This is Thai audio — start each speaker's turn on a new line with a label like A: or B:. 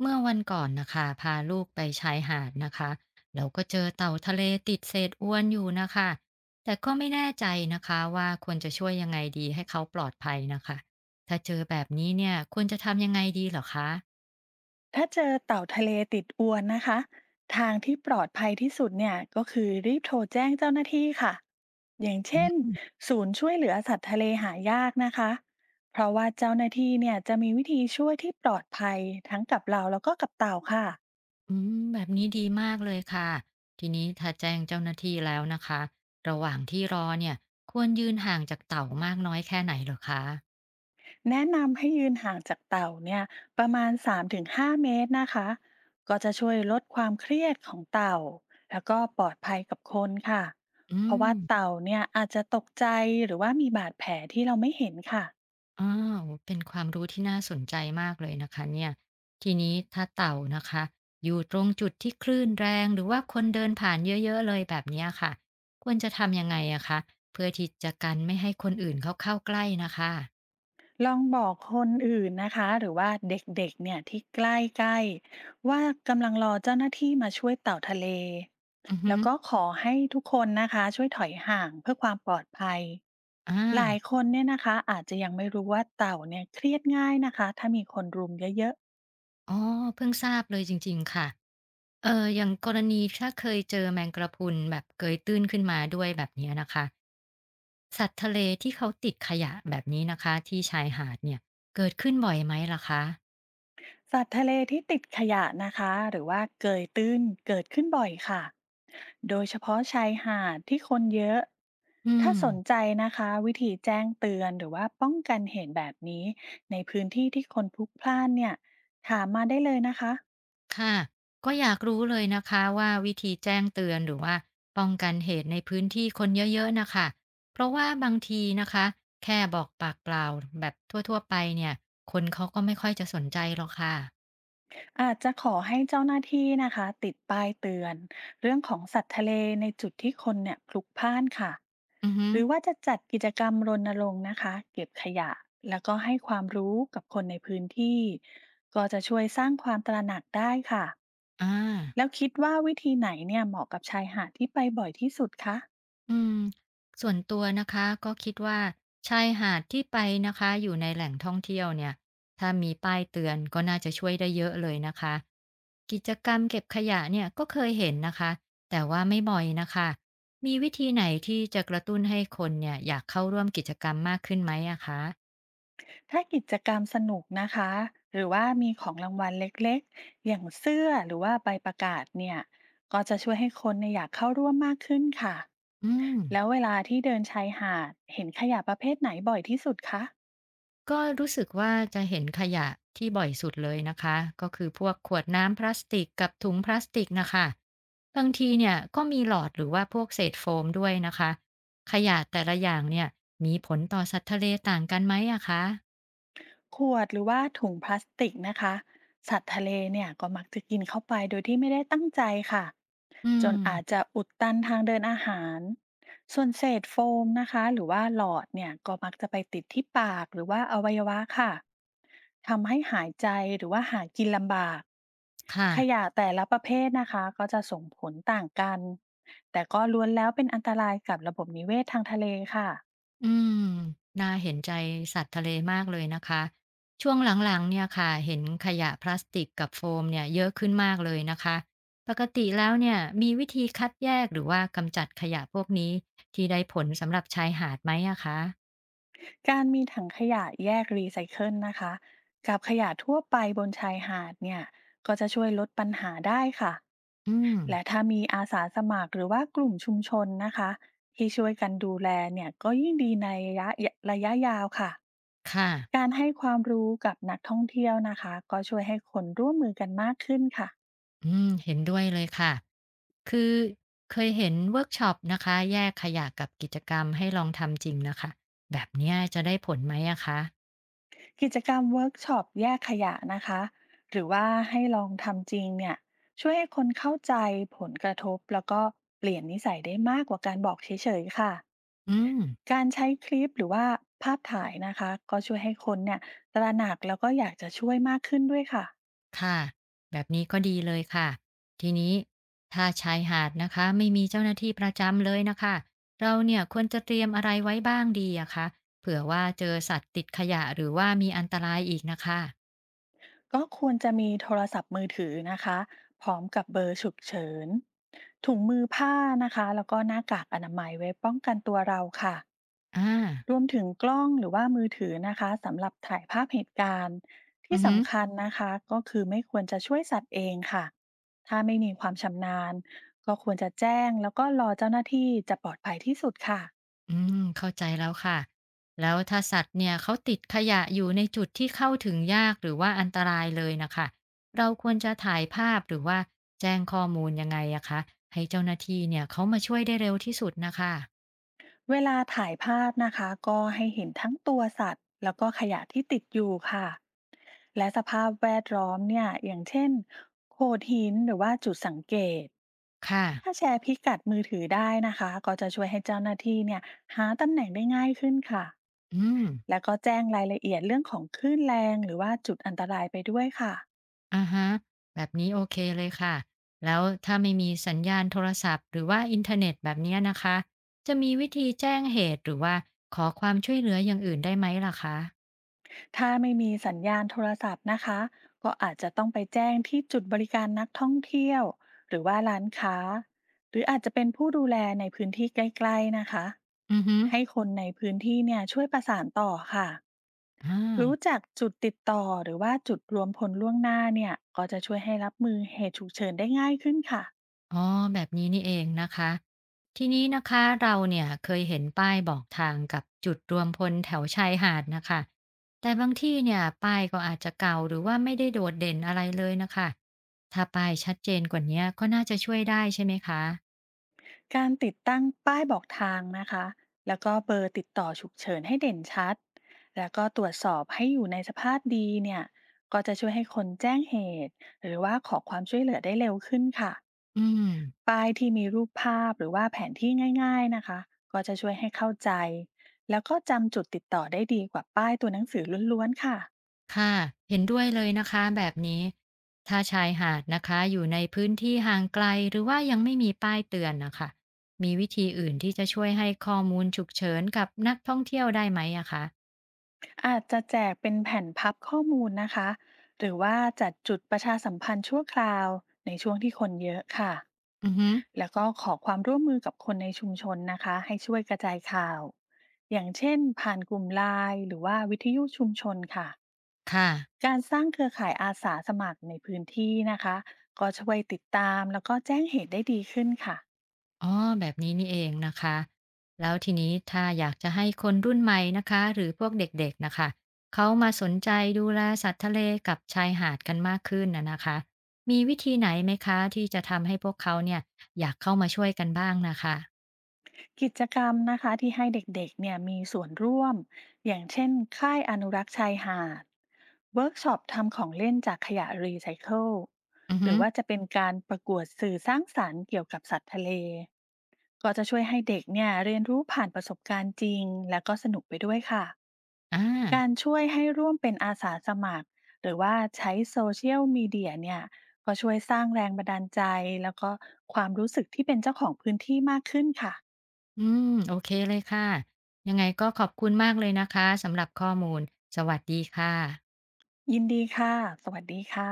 A: เมื่อวันก่อนนะคะพาลูกไปชายหาดนะคะแล้วก็เจอเต่าทะเลติดเศษอวนอยู่นะคะแต่ก็ไม่แน่ใจนะคะว่าควรจะช่วยยังไงดีให้เขาปลอดภัยนะคะถ้าเจอแบบนี้เนี่ยควรจะทำยังไงดีเหรอคะ
B: ถ้าเจอเต่าทะเลติดอวนนะคะทางที่ปลอดภัยที่สุดเนี่ยก็คือรีบโทรแจ้งเจ้าหน้าที่ค่ะอย่างเช่นศูนย์ช่วยเหลือสัตว์ทะเลหายากนะคะเพราะว่าเจ้าหน้าที่เนี่ยจะมีวิธีช่วยที่ปลอดภัยทั้งกับเราแล้วก็กับเต่าค่ะ
A: อืมแบบนี้ดีมากเลยค่ะทีนี้ถ้าแจ้งเจ้าหน้าที่แล้วนะคะระหว่างที่รอเนี่ยควรยืนห่างจากเต่ามากน้อยแค่ไหนเหรอคะ
B: แนะนำให้ยืนห่างจากเต่าเนี่ยประมาณ3-5เมตรนะคะก็จะช่วยลดความเครียดของเต่าแล้วก็ปลอดภัยกับคนค่ะ
A: อื
B: เพราะ
A: ม
B: ว่าเต่าเนี่ยอาจจะตกใจหรือว่ามีบาดแผลที่เราไม่เห็นค่ะ
A: อ้าวเป็นความรู้ที่น่าสนใจมากเลยนะคะเนี่ยทีนี้ถ้าเต่านะคะอยู่ตรงจุดที่คลื่นแรงหรือว่าคนเดินผ่านเยอะๆเลยแบบเนี้ยค่ะควรจะทำยังไงอะคะเพื่อที่จะกันไม่ให้คนอื่นเขาเข้าใกล้นะคะ
B: ลองบอกคนอื่นนะคะหรือว่าเด็กๆเนี่ยที่ใกล้ๆว่ากำลังรอเจ้าหน้าที่มาช่วยเต่าทะเล
A: อือฮึ
B: แล้วก็ขอให้ทุกคนนะคะช่วยถอยห่างเพื่อความปลอดภัย
A: อา
B: หลายคนเนี่ยนะคะอาจจะยังไม่รู้ว่าเต่าเนี่ยเครียดง่ายนะคะถ้ามีคนรุมเยอะ
A: อ๋อเพิ่งทราบเลยจริงๆค่ะอย่างกรณีถ้าเคยเจอแมงกระพรุนแบบเกยตื้นขึ้นมาด้วยแบบเนี้ยนะคะสัตว์ทะเลที่เขาติดขยะแบบนี้นะคะที่ชายหาดเนี่ยเกิดขึ้นบ่อยไหมล่ะคะ
B: ๆสัตว์ทะเลที่ติดขยะนะคะหรือว่าเกยตื้นเกิดขึ้นบ่อยค่ะ โดยเฉพาะชายหาดที่คนเยอะ
A: อื
B: ถ้า
A: ม
B: สนใจนะคะวิธีแจ้งเตือนหรือว่าป้องกันเหตุแบบนี้ในพื้นที่ที่คนพลุกพล่านเนี่ยถามมาได้เลยนะคะ
A: ค่ะก็อยากรู้เลยนะคะว่าวิธีแจ้งเตือนหรือว่าป้องกันเหตุในพื้นที่คนเยอะๆนะคะเพราะว่าบางทีนะคะแค่บอกปากเปล่าแบบทั่วๆไปเนี่ยคนเขาก็ไม่ค่อยจะสนใจหรอกค่ะ
B: อาจจะขอให้เจ้าหน้าที่นะคะติดป้ายเตือนเรื่องของสัตว์ทะเลในจุดที่คนเนี่ยพลุกพล่านค่ะ
A: อือฮึ
B: หรือว่าจะจัดกิจกรรมรณรงค์นะคะเก็บขยะแล้วก็ให้ความรู้กับคนในพื้นที่ก็จะช่วยสร้างความตระหนักได้ค่ะ
A: อ่า
B: แล้วคิดว่าวิธีไหนเนี่ยเหมาะกับชายหาดที่ไปบ่อยที่สุดคะ
A: อืมส่วนตัวนะคะก็คิดว่าชายหาดที่ไปนะคะอยู่ในแหล่งท่องเที่ยวเนี่ยถ้ามีป้ายเตือนก็น่าจะช่วยได้เยอะเลยนะคะกิจกรรมเก็บขยะเนี่ยก็เคยเห็นนะคะแต่ว่าไม่บ่อยนะคะมีวิธีไหนที่จะกระตุ้นให้คนเนี่ยอยากเข้าร่วมกิจกรรมมากขึ้นไหมอะคะ
B: ถ้ากิจกรรมสนุกนะคะหรือว่ามีของรางวัลเล็กๆ อย่างเสื้อหรือว่าใบประกาศเนี่ยก็จะช่วยให้คนเนี่ยอยากเข้าร่วมมากขึ้นค่ะ
A: อืม
B: แล้วเวลาที่เดินชายหาดเห็นขยะประเภทไหนบ่อยที่สุดคะ
A: ก็รู้สึกว่าจะเห็นขยะที่บ่อยสุดเลยนะคะก็คือพวกขวดน้ำพลาสติกกับถุงพลาสติกนะคะบางทีเนี่ยก็มีหลอดหรือว่าพวกเศษโฟมด้วยนะคะขยะแต่ละอย่างเนี่ยมีผลต่อสัตว์ทะเลต่างกันไหมอะคะ
B: ขวดหรือว่าถุงพลาสติกนะคะสัตว์ทะเลเนี่ยก็มักจะกินเข้าไปโดยที่ไม่ได้ตั้งใจค่ะ
A: อื
B: จ
A: ม
B: นอาจจะอุดตันทางเดินอาหารส่วนเศษโฟมนะคะหรือว่าหลอดเนี่ยก็มักจะไปติดที่ปากหรือว่าอวัยวะค่ะทำให้หายใจหรือว่าหากินลำบาก
A: ค่ะ
B: ขยะแต่ละประเภทนะคะก็จะส่งผลต่างกันแต่ก็ล้วนแล้วเป็นอันตรายกับระบบนิเวศทางทะเลค่ะ
A: อืมน่าเห็นใจสัตว์ทะเลมากเลยนะคะ ช่วงหลังๆเนี่ยค่ะเห็นขยะพลาสติกกับโฟมเนี่ยเยอะขึ้นมากเลยนะคะปกติแล้วเนี่ยมีวิธีคัดแยกหรือว่ากำจัดขยะพวกนี้ที่ได้ผลสำหรับชายหาดไหมอะคะ
B: การมีถังขยะแยกรีไซเคิลนะคะกับขยะทั่วไปบนชายหาดเนี่ยก็จะช่วยลดปัญหาได้ค่ะ
A: อืม
B: และถ้ามีอาสาสมัครหรือว่ากลุ่มชุมชนนะคะที่ช่วยกันดูแลเนี่ยก็ยิ่งดีในระยะยาวค่ะ
A: ค่ะ
B: การให้ความรู้กับนักท่องเที่ยวนะคะก็ช่วยให้คนร่วมมือกันมากขึ้นค่ะ
A: อืมเห็นด้วยเลยค่ะ คือเคยเห็นเวิร์กช็อปนะคะ แยกขยะกับกิจกรรมให้ลองทำจริงนะคะ แบบเนี้ยจะได้ผลไหมอะคะ
B: กิจกรรมเวิร์กช็อปแยกขยะนะคะหรือว่าให้ลองทำจริงเนี่ยช่วยให้คนเข้าใจผลกระทบแล้วก็เปลี่ยนนิสัยได้มากกว่าการบอกเฉยๆค่ะ
A: อืม
B: การใช้คลิปหรือว่าภาพถ่ายนะคะก็ช่วยให้คนเนี่ยตระหนักแล้วก็อยากจะช่วยมากขึ้นด้วยค่ะ
A: ค่ะแบบนี้ก็ดีเลยค่ะทีนี้ถ้าชายหาดนะคะไม่มีเจ้าหน้าที่ประจำเลยนะคะเราเนี่ยควรจะเตรียมอะไรไว้บ้างดีอะคะเผื่อว่าเจอสัตว์ติดขยะหรือว่ามีอันตรายอีกนะคะ
B: ก็ควรจะมีโทรศัพท์มือถือนะคะพร้อมกับเบอร์ฉุกเฉินถุงมือผ้านะคะแล้วก็หน้ากากอนามัยไว้ป้องกันตัวเราค่ะ
A: อ่า
B: รวมถึงกล้องหรือว่ามือถือนะคะสำหรับถ่ายภาพเหตุการณ์
A: อื
B: ที่
A: อหือ
B: สำคัญนะคะก็คือไม่ควรจะช่วยสัตว์เองค่ะถ้าไม่มีความชำนาญก็ควรจะแจ้งแล้วก็รอเจ้าหน้าที่จะปลอดภัยที่สุดค่ะ
A: อืมเข้าใจแล้วค่ะแล้วถ้าสัตว์เนี่ยเขาติดขยะอยู่ในจุดที่เข้าถึงยากหรือว่าอันตรายเลยนะคะเราควรจะถ่ายภาพหรือว่าแจ้งข้อมูลยังไงอะคะให้เจ้าหน้าที่เนี่ยเขามาช่วยได้เร็วที่สุดนะคะ
B: เวลาถ่ายภาพนะคะก็ให้เห็นทั้งตัวสัตว์แล้วก็ขยะที่ติดอยู่ค่ะและสภาพแวดล้อมเนี่ยอย่างเช่นโขดหินหรือว่าจุดสังเกต
A: ค่ะ
B: ถ้าแชร์พิกัดมือถือได้นะคะก็จะช่วยให้เจ้าหน้าที่เนี่ยหาตำแหน่งได้ง่ายขึ้นค่ะ
A: อืม
B: แล้วก็แจ้งรายละเอียดเรื่องของคลื่นแรงหรือว่าจุดอันตรายไปด้วยค่ะ
A: อะฮะแบบนี้โอเคเลยค่ะแล้วถ้าไม่มีสัญญาณโทรศัพท์หรือว่าอินเทอร์เน็ตแบบเนี้ยนะคะจะมีวิธีแจ้งเหตุหรือว่าขอความช่วยเหลืออย่างอื่นได้ไหมล่ะคะ
B: ถ้าไม่มีสัญญาณโทรศัพท์นะคะก็อาจจะต้องไปแจ้งที่จุดบริการนักท่องเที่ยวหรือว่าร้านค้า หรืออาจจะเป็นผู้ดูแลในพื้นที่ใกล้ๆนะคะ
A: อือฮึ
B: ให้คนในพื้นที่เนี่ยช่วยประสานต่อค่ะ
A: อา
B: รู้จักจุดติดต่อหรือว่าจุดรวมพลล่วงหน้าเนี่ยก็จะช่วยให้รับมือเหตุฉุกเฉินได้ง่ายขึ้นค่ะ
A: อ๋อแบบนี้นี่เองนะคะทีนี้นะคะเราเนี่ยเคยเห็นป้ายบอกทางกับจุดรวมพลแถวชายหาดนะคะแต่บางที่เนี่ยป้ายก็อาจจะเก่าหรือว่าไม่ได้โดดเด่นอะไรเลยนะคะถ้าป้ายชัดเจนกว่านี้ก็น่าจะช่วยได้ใช่ไหมคะ
B: การติดตั้งป้ายบอกทางนะคะแล้วก็เบอร์ติดต่อฉุกเฉินให้เด่นชัด แล้วก็ตรวจสอบให้อยู่ในสภาพดีเนี่ยก็จะช่วยให้คนแจ้งเหตุหรือว่าขอความช่วยเหลือได้เร็วขึ้นค่ะ
A: อืม
B: ป้ายที่มีรูปภาพหรือว่าแผนที่ง่ายๆนะคะก็จะช่วยให้เข้าใจ แล้วก็จำจุดติดต่อได้ดีกว่าป้ายตัวหนังสือล้วนๆค่ะ
A: ค่ะ เห็นด้วยเลยนะคะ แบบนี้ ถ้าชายหาดนะคะ อยู่ในพื้นที่ห่างไกล หรือว่ายังไม่มีป้ายเตือนนะคะ มีวิธีอื่นที่จะช่วยให้ข้อมูลฉุกเฉินกับนักท่องเที่ยวได้ไหมอะคะ
B: อาจจะแจกเป็นแผ่นพับข้อมูลนะคะหรือว่าจัดจุดประชาสัมพันธ์ชั่วคราวในช่วงที่คนเยอะค่ะ
A: อือฮึ
B: แล้วก็ขอความร่วมมือกับคนในชุมชนนะคะให้ช่วยกระจายข่าวอย่างเช่นผ่านกลุ่มไลน์หรือว่าวิทยุชุมชนค่ะ
A: ค่ะ
B: การสร้างเครือข่ายอาสาสมัครในพื้นที่นะคะก็ช่วยติดตามแล้วก็แจ้งเหตุได้ดีขึ้นค่ะ
A: อ๋อแบบนี้นี่เองนะคะแล้วทีนี้ถ้าอยากจะให้คนรุ่นใหม่นะคะหรือพวกเด็กๆนะคะเขามาสนใจดูแลสัตว์ทะเลกับชายหาดกันมากขึ้นนะนะคะมีวิธีไหนไหมคะที่จะทำให้พวกเขาเนี่ยอยากเข้ามาช่วยกันบ้างนะคะ
B: กิจกรรมนะคะที่ให้เด็กๆเนี่ยมีส่วนร่วมอย่างเช่นค่ายอนุรักษ์ชายหาดเวิร์กช็อปทำของเล่นจากขยะรีไซเคิล
A: อือ
B: ห
A: ฮึ
B: รือว่าจะเป็นการประกวดสื่อสร้างสรรค์เกี่ยวกับสัตว์ทะเลก็จะช่วยให้เด็กเนี่ยเรียนรู้ผ่านประสบการณ์จริงและก็สนุกไปด้วยค่ะ
A: อ่า
B: การช่วยให้ร่วมเป็นอาสาสมัครหรือว่าใช้โซเชียลมีเดียเนี่ยก็ช่วยสร้างแรงบันดาลใจแล้วก็ความรู้สึกที่เป็นเจ้าของพื้นที่มากขึ้นค่ะ
A: อืมโอเคเลยค่ะยังไงก็ขอบคุณมากเลยนะคะสำหรับข้อมูลสวัสดีค่ะ
B: ยินดีค่ะ สวัสดีค่ะ